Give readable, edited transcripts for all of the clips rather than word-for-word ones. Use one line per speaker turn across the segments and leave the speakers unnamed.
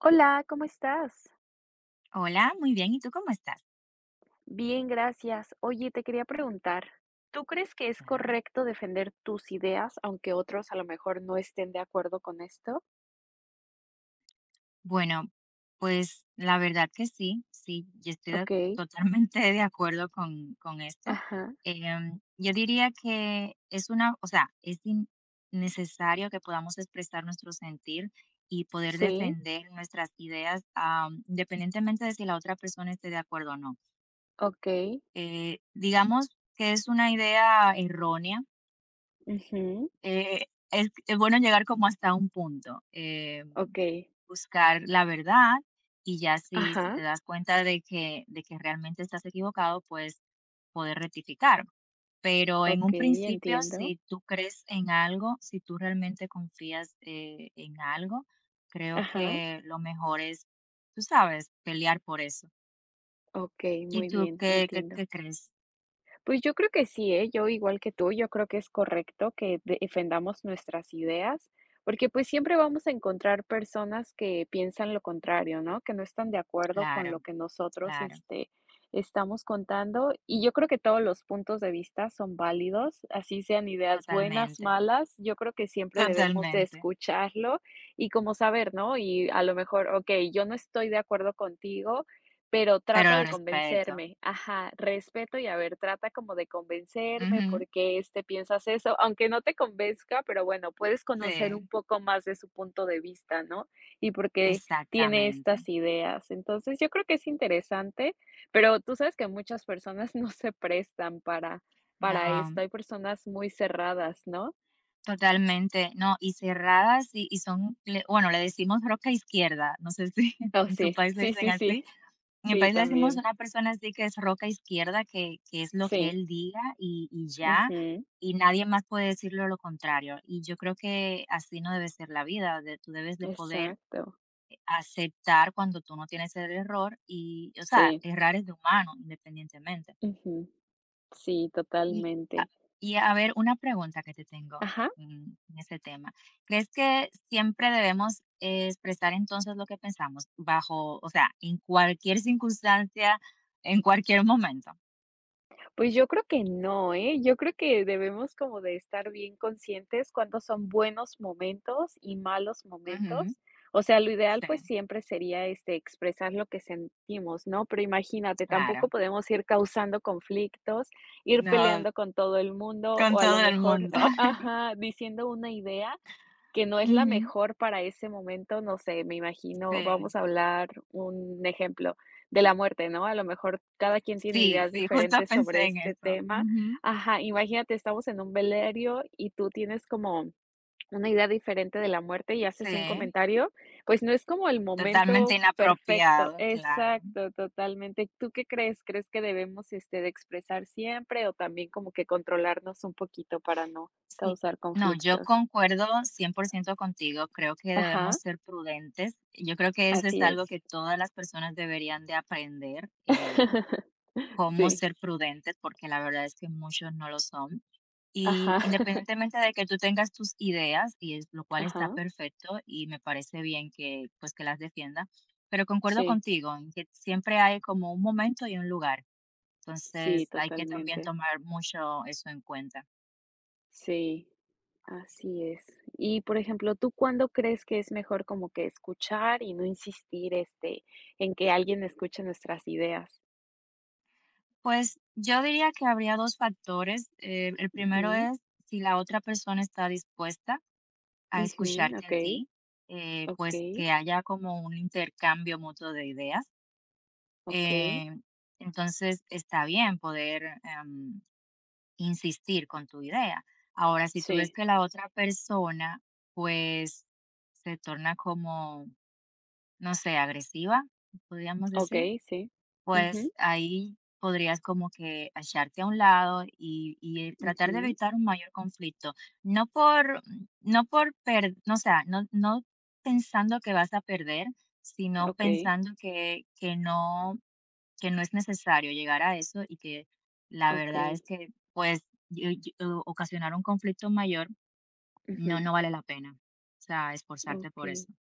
Hola, ¿cómo estás?
Hola, muy bien. ¿Y tú cómo estás?
Bien, gracias. Oye, te quería preguntar, ¿tú crees que es
Claro.
correcto defender tus ideas, aunque otros a lo mejor no estén de acuerdo con esto?
Bueno, pues la verdad que sí, sí, yo estoy
Okey,
totalmente de acuerdo con esto.
ajá,
Yo diría que es una, o sea, es necesario que podamos expresar nuestro sentir y poder
sí,
defender nuestras ideas, independientemente de si la otra persona esté de acuerdo o no.
okey,
Digamos que es una idea errónea.
ujú,
eh, es bueno llegar como hasta un punto.
okey,
Buscar la verdad, y ya si
ajá,
te das cuenta de que realmente estás equivocado, pues poder rectificar. Pero en un
okey,
principio,
entiendo,
si tú crees en algo, si tú realmente confías en algo, creo
ajá,
que lo mejor es, tú sabes, pelear por eso.
okey,
¿Y
muy
tú
bien,
qué qué
entiendo.
qué crees?
Pues yo creo que sí, ¿eh? Yo igual que tú, yo creo que es correcto que defendamos nuestras ideas, porque pues siempre vamos a encontrar personas que piensan lo contrario, ¿no? Que no están de acuerdo con
Claro,
lo que nosotros,
claro,
este, estamos contando. Y yo creo que todos los puntos de vista son válidos, así sean ideas buenas,
totalmente,
malas, yo creo que siempre debemos de
totalmente,
escucharlo y como saber, ¿no? Y a lo mejor, okey, yo no estoy de acuerdo contigo. Pero
pero
trata
lo
de
respeto.
convencerme, ajá, respeto y a ver, trata como de convencerme,
Ujú.
porque este, piensas eso? Aunque no te convenzca, pero bueno, puedes
Sí,
conocer un poco más de su punto de vista, ¿no? Y por qué tiene
exactamente.
estas ideas. Entonces, yo creo que es interesante, pero tú sabes que muchas personas no se prestan para esto.
No.
Hay personas muy cerradas, ¿no?
Totalmente, no, y cerradas y son le bueno, le decimos roca izquierda, no sé si
Oh,
en tu
sí,
país le
sí,
dicen
sí, sí.
así. En mi
Sí,
país le decimos
también.
a una persona así que es roca izquierda, que es lo que
Sí,
él diga y ya,
ujú,
y nadie más puede decirlo lo contrario. Y yo creo que así no debe ser la vida, de tú debes de poder,
exacto.
aceptar cuando tú no tienes el error y, o sea,
Sí,
errar es de humano, independientemente.
ujú. Sí,
Y a
totalmente.
y a ver, una pregunta que te tengo,
Ajá.
en este tema. ¿Crees que siempre debemos expresar entonces lo que pensamos bajo, o sea, en cualquier circunstancia, en cualquier momento?
Pues yo creo que no, ¿eh? Yo creo que debemos como de estar bien conscientes cuándo son buenos momentos y malos
Ujú,
momentos. O sea, lo ideal
sí,
pues siempre sería este expresar lo que sentimos, ¿no? Pero imagínate, tampoco
claro.
podemos ir causando conflictos, ir
No,
peleando con todo el mundo
con
o a lo
todo el
mejor,
mundo.
ajá, diciendo una idea que no es la
Ujú,
mejor para ese momento, no sé, me imagino,
sí.
vamos a hablar un ejemplo de la muerte, ¿no? A lo mejor cada quien tiene
Sí,
ideas
sí, justo
diferentes
pensé
sobre
en
este
eso.
tema.
Ujú,
Ajá, imagínate, estamos en un velerio y tú tienes como una idea diferente de la muerte y haces un
sí,
comentario, pues no es como el
totalmente
momento perfecto.
inapropiado, claro.
Exacto, totalmente. ¿Tú qué crees? ¿Crees que debemos, este, de expresar siempre o también como que controlarnos un poquito para no
Sí,
causar
no, yo
conflictos?
concuerdo 100% contigo, creo que debemos
Ajá.
ser prudentes. Yo creo que eso es
Así
algo que
es.
todas las personas deberían de aprender, cómo
Sí,
ser prudentes, porque la verdad es que muchos no lo son. Y
ajá,
independientemente de que tú tengas tus ideas, y es lo cual está
ajá,
perfecto y me parece bien que pues que las defienda, pero concuerdo
sí,
contigo en que siempre hay como un momento y un lugar.
sí,
Entonces, hay que también
totalmente.
tomar mucho eso en cuenta.
Sí, así es. Y, por ejemplo, ¿tú cuándo crees que es mejor como que escuchar y no insistir, este, en que alguien escuche nuestras ideas?
Pues yo diría que habría 2 factores. El primero
Ujú,
es si la otra persona está dispuesta a
ujú,
escucharte a
okey,
ti, pues
okey,
que haya como un intercambio mutuo de ideas.
okey,
Eh, entonces está bien poder, insistir con tu idea. Ahora, si tú ves
sí,
que la otra persona, pues se torna como, no sé, agresiva, podríamos decir,
okey, sí. Ujú,
pues ahí podrías como que echarte a un lado y tratar de
ujú,
evitar un mayor conflicto. No por, no, o sea, no, no pensando que vas a perder, sino
okey,
pensando que no es necesario llegar a eso y que la verdad es
okey,
que pues y- y- ocasionar un conflicto mayor no,
ujú,
no vale la pena. O sea, esforzarte por
okey.
eso.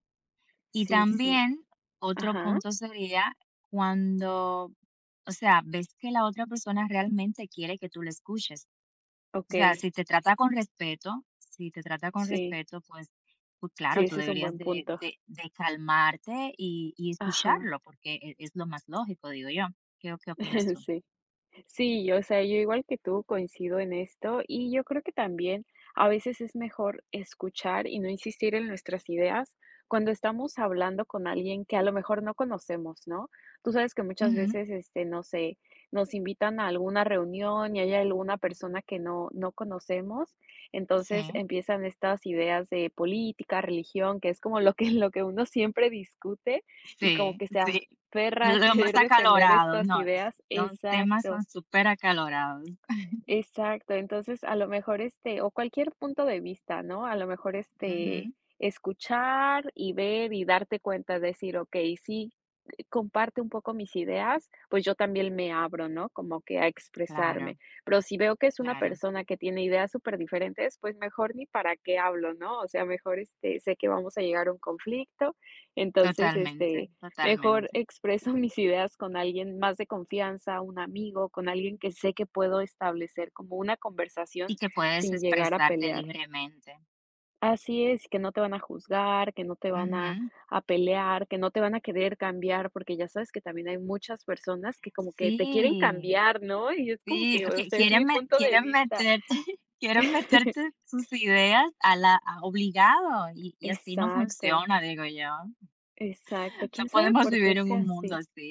Y
Sí, sí,
también otro
ajá,
punto sería cuando, o sea, ves que la otra persona realmente quiere que tú le escuches. O sea,
okey,
si te trata con respeto, si te trata con
sí.
respeto, pues
Sí,
claro, tú
ese es un
deberías
buen
de,
punto.
de- de calmarte y
Ajá,
escucharlo, porque es lo más lógico, digo yo. ¿Qué opinas tú?
sí. Sí, o sea, yo igual que tú coincido en esto y yo creo que también a veces es mejor escuchar y no insistir en nuestras ideas cuando estamos hablando con alguien que a lo mejor no conocemos, ¿no? Tú sabes que muchas
Ujú,
veces, este, no sé, nos invitan a alguna reunión y hay alguna persona que no conocemos, entonces
sí,
empiezan estas ideas de política, religión, que es como lo que uno siempre discute y como
sí,
que se
sí.
aferra a
Lo más
querer defender
acalorado,
estas
no,
ideas.
son temas
Exacto.
son súper acalorados.
Exacto, entonces a lo mejor, este, o cualquier punto de vista, ¿no? A lo mejor, este,
Ujú,
escuchar y ver y darte cuenta, decir, okey, sí, comparte un poco mis ideas, pues yo también me abro, ¿no? Como que a expresarme.
claro,
Pero si veo que es una
claro.
persona que tiene ideas súper diferentes, pues mejor ni para qué hablo, ¿no? O sea, mejor este, sé que vamos a llegar a un conflicto, entonces,
Totalmente,
este, mejor
totalmente.
expreso mis ideas con alguien más de confianza, un amigo, con alguien que sé que puedo establecer como una
Y
conversación
que puedes
sin llegar a
expresarte
pelear.
libremente.
Así es, que no te van a juzgar, que no te van a
Ujú.
a pelear, que no te van a querer cambiar, porque ya sabes que también hay muchas personas que como que te quieren
Sí,
cambiar, ¿no? Y es como
sí,
que, o
okey,
sea, es mi punto de
quieren
vista.
meterte quieren meterte sus ideas a la a obligado, y así no
Exacto,
funciona, digo yo.
exacto.
No
¿Quién sabe
podemos
por qué
vivir en
sea
un mundo
así?
así.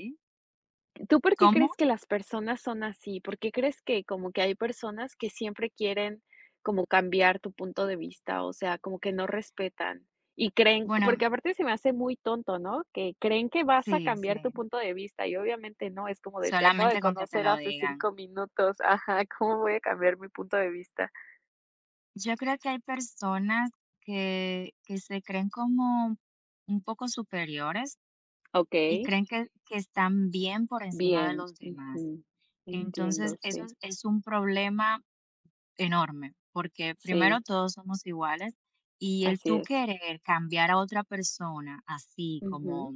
¿Tú por qué
¿Cómo?
crees que las personas son así? ¿Por qué crees que como que hay personas que siempre quieren como cambiar tu punto de vista? O sea, como que no respetan y creen,
Bueno,
porque aparte se me hace muy tonto, ¿no? Que creen que vas a
sí,
cambiar tu
sí,
punto de vista y obviamente no, es como de te acabo de
solamente con que te
conocer
lo
hace
digan.
5 minutos, ajá, ¿cómo voy a cambiar mi punto de vista?
Yo creo que hay personas que se creen como un poco superiores
Ok,
y creen que están bien por encima de
bien,
los demás.
ujú, entiendo,
Entonces, eso
sí,
es un problema enorme, porque primero
sí,
todos somos iguales y el
así
tú
es,
querer cambiar a otra persona así
ujú,
como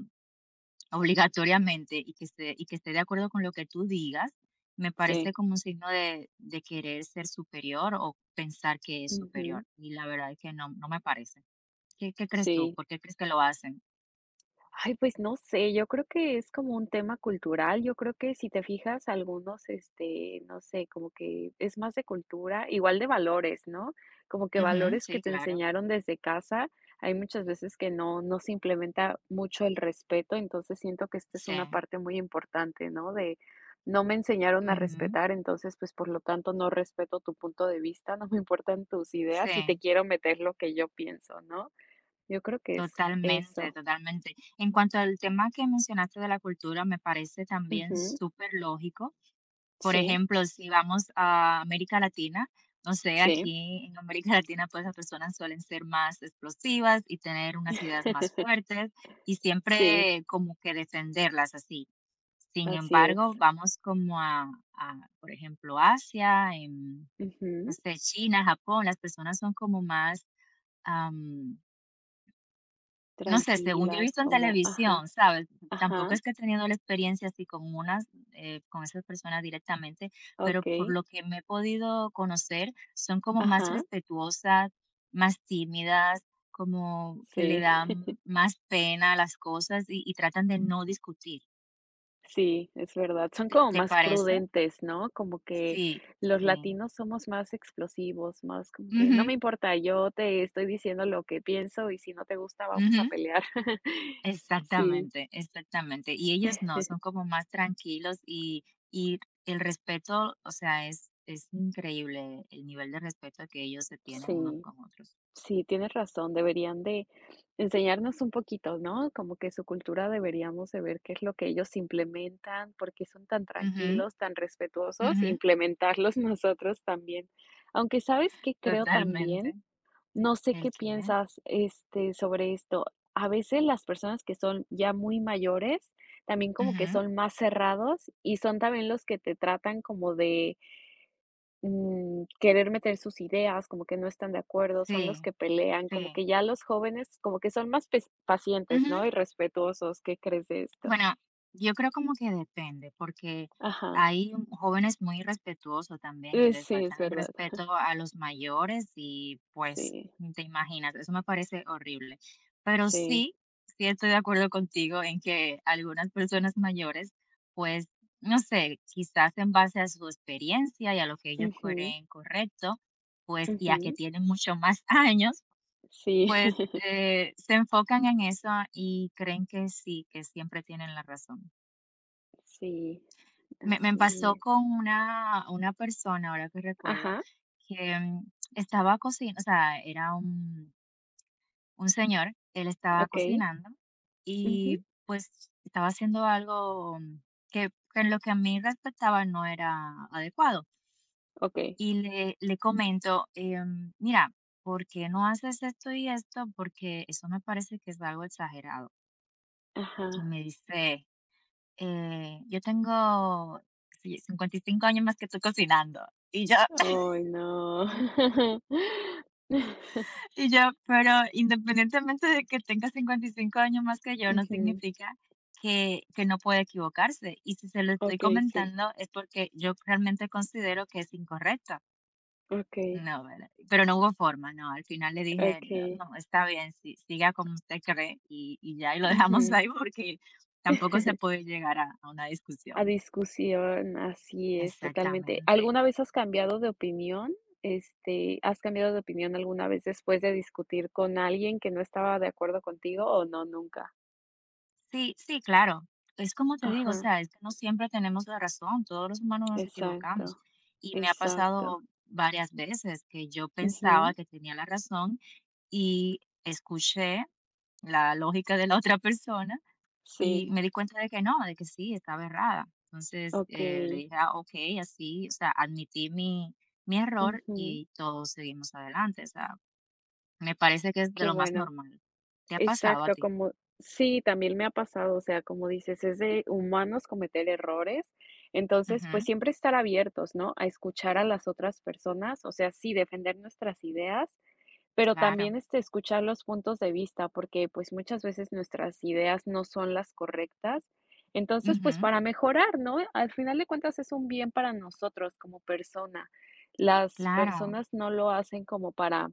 obligatoriamente y que esté de acuerdo con lo que tú digas, me parece
sí,
como un signo de querer ser superior o pensar que es
ujú,
superior. Y la verdad es que no, no me parece. ¿Qué crees tú?
sí.
¿Por qué crees que lo hacen?
Ay, pues no sé, yo creo que es como un tema cultural, yo creo que si te fijas algunos, este, no sé, como que es más de cultura, igual de valores, ¿no? Como que
Ujú,
valores que
sí,
te
claro.
enseñaron desde casa, hay muchas veces que no se implementa mucho el respeto, entonces siento que esta es una
Sí.
parte muy importante, ¿no? De no me enseñaron a
Ujú,
respetar, entonces pues por lo tanto no respeto tu punto de vista, no me importan tus ideas y te
sí.
quiero meter lo que yo pienso, ¿no? Yo creo que es
Totalmente,
eso.
totalmente. En cuanto al tema que mencionaste de la cultura, me parece también
Ujú.
súper lógico. Por
Sí,
ejemplo, si vamos a América Latina, no sé,
sí.
aquí en América Latina, pues las personas suelen ser más explosivas y tener unas ideas más fuertes y
Sí,
siempre como que defenderlas así. Sin
así es.
embargo, vamos como a, por ejemplo, Asia, en, no
Ujú.
sé, China, Japón, las personas son como más, no sé, según yo he
Tranquilas,
visto en
como
televisión,
ajá,
¿sabes? Tampoco
ajá,
es que he tenido la experiencia así con con esas personas directamente, pero por
okey,
lo que me he podido conocer, son como más
ajá,
respetuosas, más tímidas, como que le
sí,
dan más pena a las cosas y tratan de no discutir.
sí, es verdad. Son
¿Te,
como
te
más
parece?
prudentes, ¿no? Como que
Sí,
los
sí.
latinos somos más explosivos, más como que: "No
Ujú,
me importa, yo te estoy diciendo lo que pienso y si no te gusta, vamos a
ujú.
pelear". Sí,
Exactamente, exactamente. Y ellos no, son como más tranquilos y el respeto, o sea, es increíble el nivel de respeto que ellos se tienen unos
sí.
con otros.
Sí, tienes razón, deberían de enseñarnos un poquito, ¿no? Como que su cultura deberíamos de ver qué es lo que ellos implementan, por qué son tan
Ujú,
tranquilos, tan respetuosos,
ujú,
implementarlos nosotros también. Aunque, ¿sabes que creo también?
totalmente.
No sé
¿El
qué
qué?
piensas, este, sobre esto. A veces las personas que son ya muy mayores, también como que
Ujú,
son más cerrados y son también los que te tratan como de querer meter sus ideas, como que no están de acuerdo, son los
sí,
que pelean, como
sí.
que ya los jóvenes como que son más pacientes, ¿no? Y respetuosos, ¿qué crees de esto?
Bueno, yo creo como que depende, porque
Ajá.
hay jóvenes muy respetuosos también que les
Sí, es
faltan el
verdad.
respeto a los mayores y pues
Sí,
te imaginas, eso me parece horrible. Pero
sí.
sí, sí estoy de acuerdo contigo en que algunas personas mayores, pues, no sé, quizás en base a su experiencia y a lo que ellos
Ujú,
creen correcto, pues, y a que
ujú,
tienen mucho más años.
sí,
Pues, se enfocan en eso y creen que sí, que siempre tienen la razón.
sí,
Me
así
me pasó
es.
con una persona, ahora que recuerdo,
Ajá,
que, estaba cocin o sea, era un señor, él estaba
ok,
cocinando
ujú,
y, pues, estaba haciendo algo que en lo que a mí respectaba no era adecuado.
ok.
Y le comento: "Mira, ¿por qué no haces esto y esto? Porque eso me parece que es algo exagerado".
Ajá.
Y me dice, yo tengo sí, 55 años más que tú cocinando. Y yo,
Ay, no.
y yo, pero independientemente de que tenga 55 años más que yo, no
Ujú,
significa que no puede equivocarse. Y si se lo estoy
ok, sí.
comentando es porque yo realmente considero que es incorrecto.
Ok,
No, ¿verdad? Pero no hubo forma, no. Al final le dije,
ok,
no, no, está bien, sí, siga como usted cree y ya, y lo dejamos
ujú.
ahí porque tampoco se puede llegar a una
A
discusión.
discusión, así es, totalmente.
Exactamente.
¿Alguna vez has cambiado de opinión? Este, ¿has cambiado de opinión alguna vez después de discutir con alguien que no estaba de acuerdo contigo o no, nunca?
Sí, sí, claro. Es como te digo, o
Ajá,
sea, es que no siempre tenemos la razón, todos los humanos nos
exacto,
equivocamos. Y me ha
exacto.
pasado varias veces que yo
Ujú,
pensaba que tenía la razón y escuché la lógica de la otra persona
sí,
y me di cuenta de que no, de que sí, estaba errada. Entonces le
okey.
dije, ah, ok, así, o sea, admití mi error
Ujú,
y todos seguimos adelante. O sea, me parece que es de
qué
lo más
bueno.
normal. ¿Te ha pasado a
Exacto,
ti?
como sí, también me ha pasado, o sea, como dices, es de humanos cometer errores, entonces, pues
Ujú,
siempre estar abiertos, ¿no? A escuchar a las otras personas, o sea, sí, defender nuestras ideas, pero
claro.
también, este, escuchar los puntos de vista, porque, pues, muchas veces nuestras ideas no son las correctas. Entonces, pues,
Ujú.
para mejorar, ¿no? Al final de cuentas es un bien para nosotros como persona. Las
Claro,
personas no lo hacen como para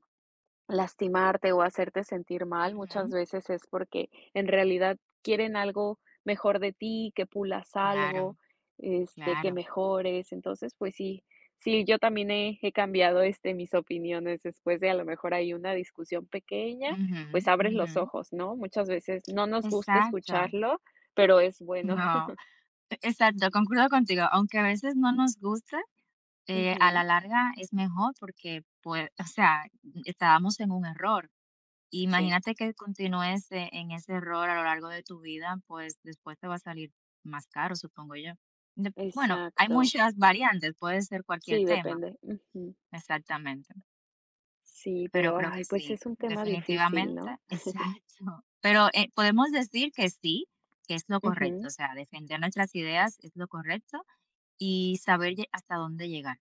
lastimarte o hacerte sentir mal muchas
ujú,
veces es porque en realidad quieren algo mejor de ti, que pulas algo,
claro,
este, que
claro,
mejores. Entonces, pues sí, sí, yo también he cambiado este, mis opiniones después de a lo mejor hay una discusión pequeña,
ujú,
pues abres
ujú,
los ojos, ¿no? Muchas veces no nos gusta
exacto,
escucharlo, pero es bueno.
no, exacto, concuerdo contigo, aunque a veces no nos guste, a la
Ujú,
larga es mejor porque, pues, o sea, estábamos en un error.
sí,
Imagínate que continúes, en ese error a lo largo de tu vida, pues, después te va a salir más caro, supongo yo. Dep bueno, hay
exacto.
muchas variantes, puede ser cualquier
Sí,
tema,
depende. Ujú,
exactamente.
sí,
Pero
pero
creo que
ay, pues
sí,
es un tema difícil, ¿no?
definitivamente, exacto. Pero, podemos decir que sí, que es lo correcto,
Ujú.
o sea, defender nuestras ideas es lo correcto y saber lle hasta dónde llegar.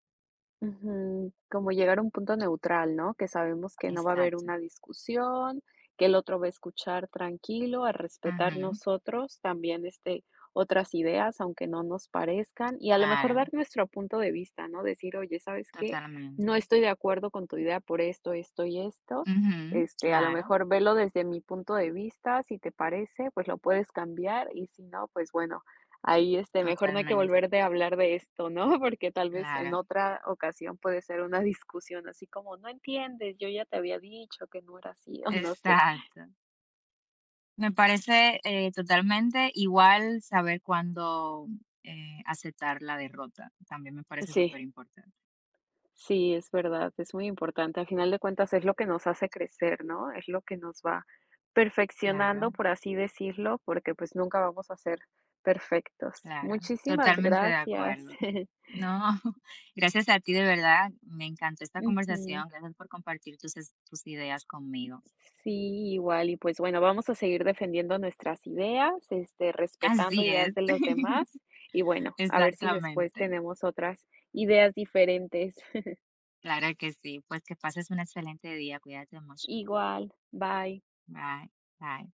Ujú, como llegar a un punto neutral, ¿no? Que sabemos que no va a haber
Exacto.
una discusión, que el otro va a escuchar tranquilo, a respetar
Ujú,
nosotros también, este, otras ideas, aunque no nos parezcan, y a lo mejor dar
claro,
nuestro punto de vista, ¿no? Decir: "Oye, ¿sabes qué?
totalmente.
No estoy de acuerdo con tu idea por esto, esto y esto.
Ujú,
Este, a lo
claro,
mejor velo desde mi punto de vista, si te parece, pues lo puedes cambiar, y si no, pues bueno, ahí, este, mejor no hay que
totalmente,
volver de hablar de esto, ¿no? Porque tal vez en
claro,
otra ocasión puede ser una discusión así como: No entiendes, yo ya te había dicho que no era así", o no sé.
exacto. Me parece, totalmente igual saber cuándo, aceptar la derrota, también me parece
Sí,
súper importante.
sí, es verdad, es muy importante. Al final de cuentas es lo que nos hace crecer, ¿no? Es lo que nos va
Claro.
perfeccionando, por así decirlo, porque, pues, nunca vamos a ser perfectos.
Claro,
Muchísimas
totalmente de
gracias.
acuerdo. No, gracias a ti de verdad, me encantó esta
Ujú.
conversación, gracias por compartir tus ideas conmigo.
Sí, igual, y pues bueno, vamos a seguir defendiendo nuestras ideas, este, respetando
Así
ideas
es,
de los demás y bueno, a ver si después
exactamente.
tenemos otras ideas diferentes.
Claro que sí, pues que pases un excelente día, cuídate mucho.
Igual, bye.
Bye, bye.